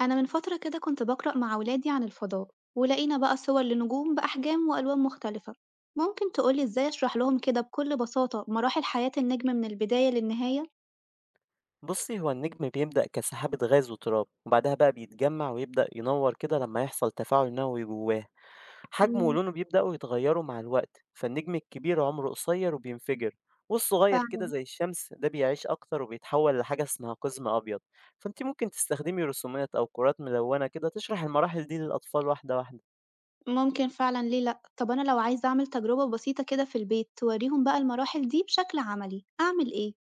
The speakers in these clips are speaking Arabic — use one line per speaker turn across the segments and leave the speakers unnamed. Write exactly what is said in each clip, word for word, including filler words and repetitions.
أنا من فترة كده كنت بقرأ مع ولادي عن الفضاء، ولقينا بقى صور لنجوم بأحجام وألوان مختلفة. ممكن تقولي إزاي أشرح لهم كده بكل بساطة مراحل حياة النجم من البداية للنهاية؟
بصي هو النجم بيبدأ كسحابة غاز وتراب وبعدها بقى بيتجمع ويبدأ ينور كده لما يحصل تفاعل نووي جواه. حجمه
مم.
ولونه بيبدأوا يتغيروا مع الوقت، فالنجم الكبير عمره قصير وبينفجر، والصغير كده
فعلا.
زي الشمس ده بيعيش أكتر وبيتحول لحاجة اسمها قزم أبيض. فأنت ممكن تستخدمي رسومات أو كرات ملونة كده تشرح المراحل دي للأطفال واحدة واحدة.
ممكن فعلا، ليه لأ. طب أنا لو عايزة أعمل تجربة بسيطة كده في البيت توريهم بقى المراحل دي بشكل عملي، أعمل إيه؟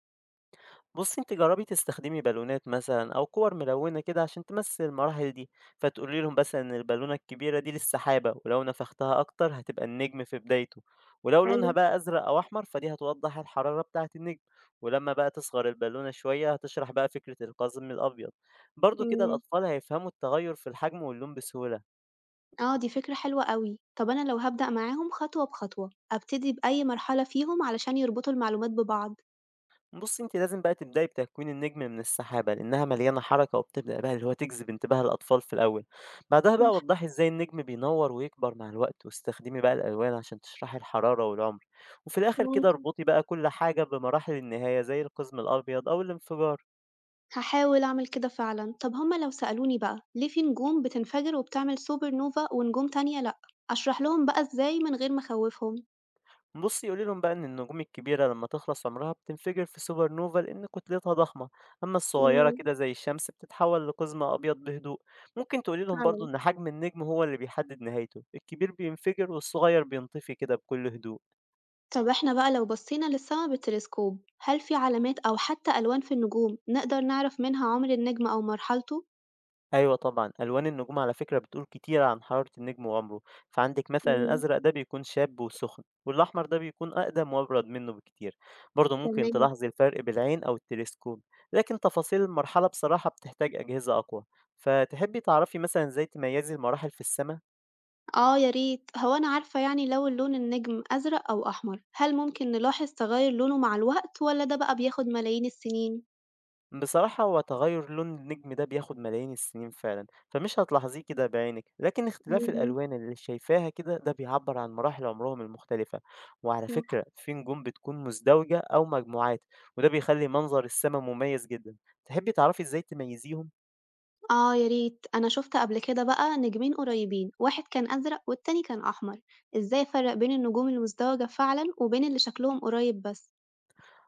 بُصّي أنتِ جرّبي تستخدمي بالونات مثلًا أو كِوَر ملوِّنة كده عشان تمثّل المراحل دي، فتقولي لهم مثلًا إن البالونة الكبيرة دي للسحابة، ولو نفختها أكتر هتبقى النجم في بدايته، ولو
حلو.
لونها بقى أزرق أو أحمر فدي هتوضّح الحرارة بتاعة النجم، ولمّا بقى تصغر البالونة شوية هتشرح بقى فكرة القزم الأبيض، برضه كده
مم.
الأطفال هيفهموا التغيُّر في الحجم واللون بسهولة.
آه دي فكرة حلوة قوي. طب أنا لو هبدأ معاهم خطوة بخطوة، أبتدي بأي مرحلة فيهم علشان يربطوا المعلومات ببعض؟
بُصّي، أنتِ لازم بقى تبدئي بتكوين النجم من السحابة، لإنها مليانة حركة وبتبدأ بقى اللي هو تجذب انتباه الأطفال في الأول، بعدها بقى
صح.
وضّحي إزاي النجم بينوّر ويكبر مع الوقت، واستخدمي بقى الألوان عشان تشرحي الحرارة والعمر، وفي الآخر كده
ممكن.
اربطي بقى كل حاجة بمراحل النهاية زي القزم الأبيض أو الانفجار.
هاحاول أعمل كده فعلًا. طب هُم لو سألوني بقى ليه في نجوم بتنفجر وبتعمل سوبر نوفا ونجوم تانية لأ، أشرح لهم بقى إزاي من غير ما أخوّفهم؟
بُصّي، قولي لهم بقى إن النجوم الكبيرة لمّا تخلص عمرها بتنفجر في سوبر نوفا لإن كتلتها ضخمة، أمّا الصغيرة
إمم.
كده زي الشمس بتتحول لقزم أبيض بهدوء. ممكن تقولي لهم
فعلًا.
برضه إن حجم النجم هو اللي بيحدد نهايته، الكبير بينفجر والصغير بينطفي كده بكل هدوء.
طب إحنا بقى لو بصينا للسما بالتلسكوب، هل في علامات أو حتى ألوان في النجوم نقدر نعرف منها عمر النجم أو مرحلته؟
أيوه طبعًا، ألوان النجوم على فكرة بتقول كتير عن حرارة النجم وعمره، فعندِك مثلًا
إمم.
الأزرق ده بيكون شاب وسخن، والأحمر ده بيكون أقدم وأبرد منه بكتير، برضه ممكن
تمام.
تلاحظي الفرق بالعين أو التلسكوب، لكن تفاصيل المرحلة بصراحة بتحتاج أجهزة أقوى، فتحبي تعرفي مثلًا إزاي تميزي المراحل في السما؟
آه يا ريت. هو أنا عارفة يعني لو لون النجم أزرق أو أحمر، هل ممكن نلاحظ تغير لونه مع الوقت، والّا ده بقى بياخد ملايين السنين؟
بصراحة هو تغير لون النجم ده بياخد ملايين السنين فعلا، فمش هتلاحظيه كده بعينك، لكن اختلاف
إمم.
الألوان اللي شايفاها كده ده بيعبر عن مراحل عمرهم المختلفة. وعلى
ف
فكرة في نجوم بتكون مزدوجة أو مجموعات، وده بيخلي منظر السماء مميز جدا. تحبي تعرفي ازاي تميزيهم؟
آه يا ريت. أنا شُفت قبل كده بقى نجمين قريبين، واحد كان أزرق والتاني كان أحمر. إزاي أفرّق بين النجوم المزدوجة فعلًا وبين اللي شكلهم قريب بس؟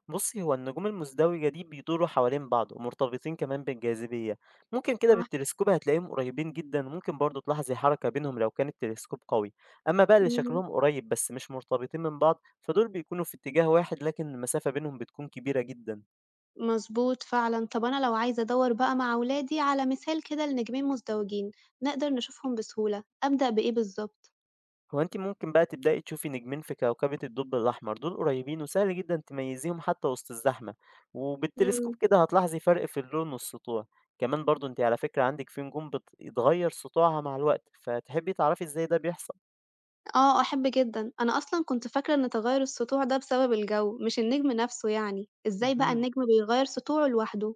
بصي هو النجوم المزدوجة دي بيدوروا حوالين بعض ومرتبطين كمان بالجاذبية، ممكن كده
صح.
بالتلسكوب هتلاقيهم قريبين جدا، وممكن برضه تلاحظي حركة بينهم لو كان التلسكوب قوي. أما بقى اللي
إمم.
شكلهم قريب بس مش مرتبطين من بعض فدول بيكونوا في اتجاه واحد، لكن المسافة بينهم بتكون كبيرة جدا.
مضبوط فعلًا. طب أنا لو عايزة أدوّر بقى مع ولادي على مثال كده لنجمين مزدوجين نقدر نشوفهم بسهولة، أبدأ بإيه بالضبط؟
هو أنتِ ممكن بقى تبدئي تشوفي نجمين في كوكبة الثقب الأحمر، دول قريبين وسهل جدًا تميزيهم حتى وسط الزحمة، وبالتلسكوب
إمم.
كده هتلاحظي فرق في اللون والسطوع، كمان برضه أنتِ على فكرة عندِك في نجوم بت بيتغير سطوعها مع الوقت، فتحبي تعرفي إزاي ده بيحصل؟
آه أحب جدًا. أنا أصلًا كنت فاكرة إن تغيُّر السطوع ده بسبب الجو مش النجم نفسه يعني، إزاي بقى
اهم.
النجم بيغيّر سطوعه لوحده؟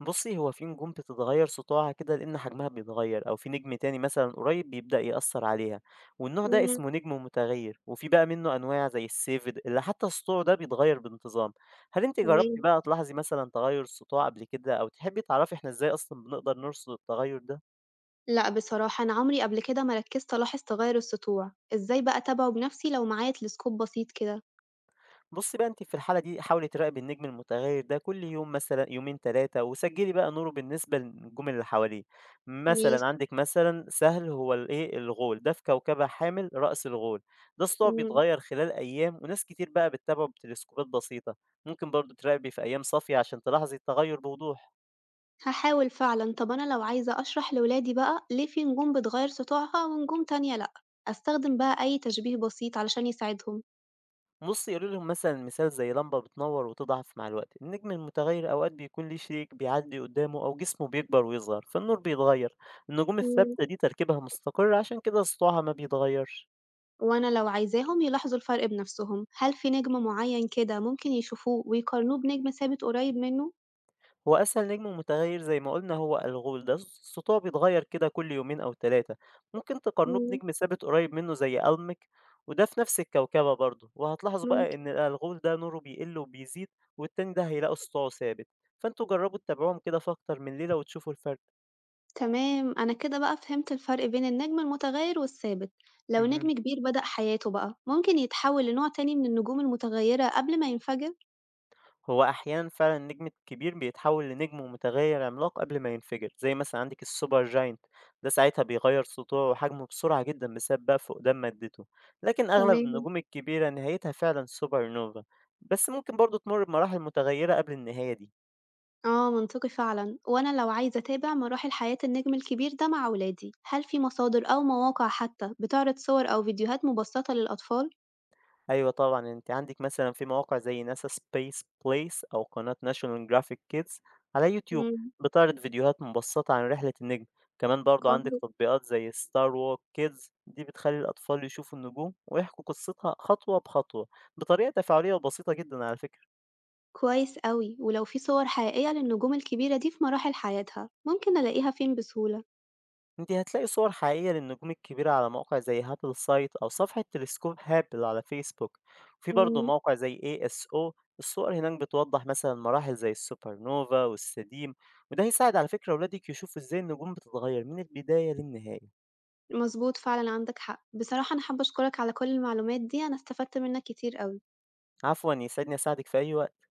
بُصّي، هو في نجوم بتتغيّر سطوعها كده لإن حجمها بيتغيّر، أو في نجم تاني مثلًا قريب بيبدأ يأثّر عليها، والنوع ده
إمم.
اسمه نجم متغيّر، وفي بقى منّه أنواع زي السيفد اللي حتى سطوعه ده بيتغيّر بانتظام. هل أنتِ جرّبتِ
تمام.
بقى تلاحظي مثلًا تغيُّر السطوع قبل كده، أو تحبّي تعرفي إحنا إزاي أصلًا بنقدر نرصد التغيُّر ده؟
لأ بصراحة أنا عمري قبل كده ما ركزت ألاحظ تغير السطوع. إزاي بقى أتابعه بنفسي لو معايا تلسكوب بسيط كده؟
بُصّي بقى أنتِ في الحالة دي حاولي تراقبي النجم المتغيّر ده كل يوم مثلًا يومين ثلاثة وسجّلي بقى نوره بالنسبة للنجوم اللي حواليه،
ماشي.
مثلًا عندِك مثلًا سهل هو الإيه، الغول ده في كوكبة حامل رأس الغول، ده سطوعه
إمم.
بيتغيّر خلال أيام وناس كتير بقى بتتابعه بتلسكوبات بسيطة، ممكن برضه تراقبي في أيام صافية عشان تلاحظي التغيُّر بوضوح.
هاحاول فعلًا. طب أنا لو عايزة أشرح لولادي بقى ليه في نجوم بتغير سطوعها ونجوم تانية لأ، أستخدم بقى أي تشبيه بسيط علشان يساعدهم؟
بُصّي، قولي لهم مثلًا مثال زي لمبة بتنوّر وتضعف مع الوقت، النجم المتغيّر أوقات بيكون ليه شريك بيعدّي قدّامه أو جسمه بيكبر ويصغر، فالنور بيتغيّر، النجوم
إمم.
الثابتة دي تركيبها مستقر عشان كده سطوعها ما بيتغيّرش.
وأنا لو عايزاهم يلاحظوا الفرق بنفسهم، هل في نجم معين كده ممكن يشوفوه ويقارنوه بنجم ثابت قريب منه؟
هو أسهل نجم متغيّر زي ما قُلنا هو الغول ده، س سطوعه بيتغيّر كده كل يومين أو ثلاثة، ممكن تقارنوه
إمم.
بنجم ثابت قريّب منه زي ألمِك، وده في نفس الكوكبة برضه، وهتلاحظوا
إمم.
بقى إن الغول ده نوره بيقل وبيزيد، والتاني ده هيلاقوا سطوعه ثابت، فأنتم جرّبوا تتابعوهم كده في أكتر من ليلة وتشوفوا الفرق.
تمام، أنا كده بقى فهمت الفرق بين النجم المتغير والثابت. لو نجم
اهم.
كبير بدأ حياته بقى، ممكن يتحول لنوع تاني من النجوم المتغيرة قبل ما ينفجر؟
هو أحيانًا فعلًا النجم الكبير بيتحوّل لنجم متغيّر عملاق قبل ما ينفجر، زي مثلًا عندِك الsuper giant، ده ساعتها بيغيّر سطوعه وحجمه بسرعة جدًا بسبب بقى فقدان مادته، لكن أغلب
تمام.
النجوم الكبيرة نهايتها فعلًا supernova، بس ممكن برضه تمُر بمراحل متغيّرة قبل النهاية دي.
آه منطقي فعلا. وأنا لو عايزة أتابع مراحل حياة النجم الكبير ده مع أولادي، هل في مصادر أو مواقع حتى بتعرض صور أو فيديوهات مبسطة للأطفال؟
أيوه طبعًا، أنتِ عندِك مثلًا في مواقع زي NASA Space Place أو قناة National Geographic Kids على YouTube
مم.
بتعرض فيديوهات مبسطة عن رحلة النجم، كمان برضه عندِك
كويس.
تطبيقات زي Star Walk Kids دي بتخلّي الأطفال يشوفوا النجوم ويحكوا قصتها خطوة بخطوة بطريقة تفاعلية وبسيطة جدًا على فكرة.
كويس أوي. ولو في صور حقيقية للنجوم الكبيرة دي في مراحل حياتها، ممكن ألاقيها فين بسهولة؟
انت هتلاقي صور حقيقية للنجوم الكبيرة على مواقع زي هابل سايت أو صفحة تلسكوب هابل على فيسبوك، وفي برضه
مم.
موقع زي إيه إس أو، الصور هناك بتوضح مثلا مراحل زي السوبر نوفا والسديم، وده هيساعد على فكرة أولادك يشوفوا ازاي النجوم بتتغير من البداية للنهاية.
مضبوط فعلًا، عندك حق. بصراحة أنا حابة أشكرك على كل المعلومات دي، أنا استفدت منّك كتير أوي.
عفوا، يسعدني أساعدك في أي وقت.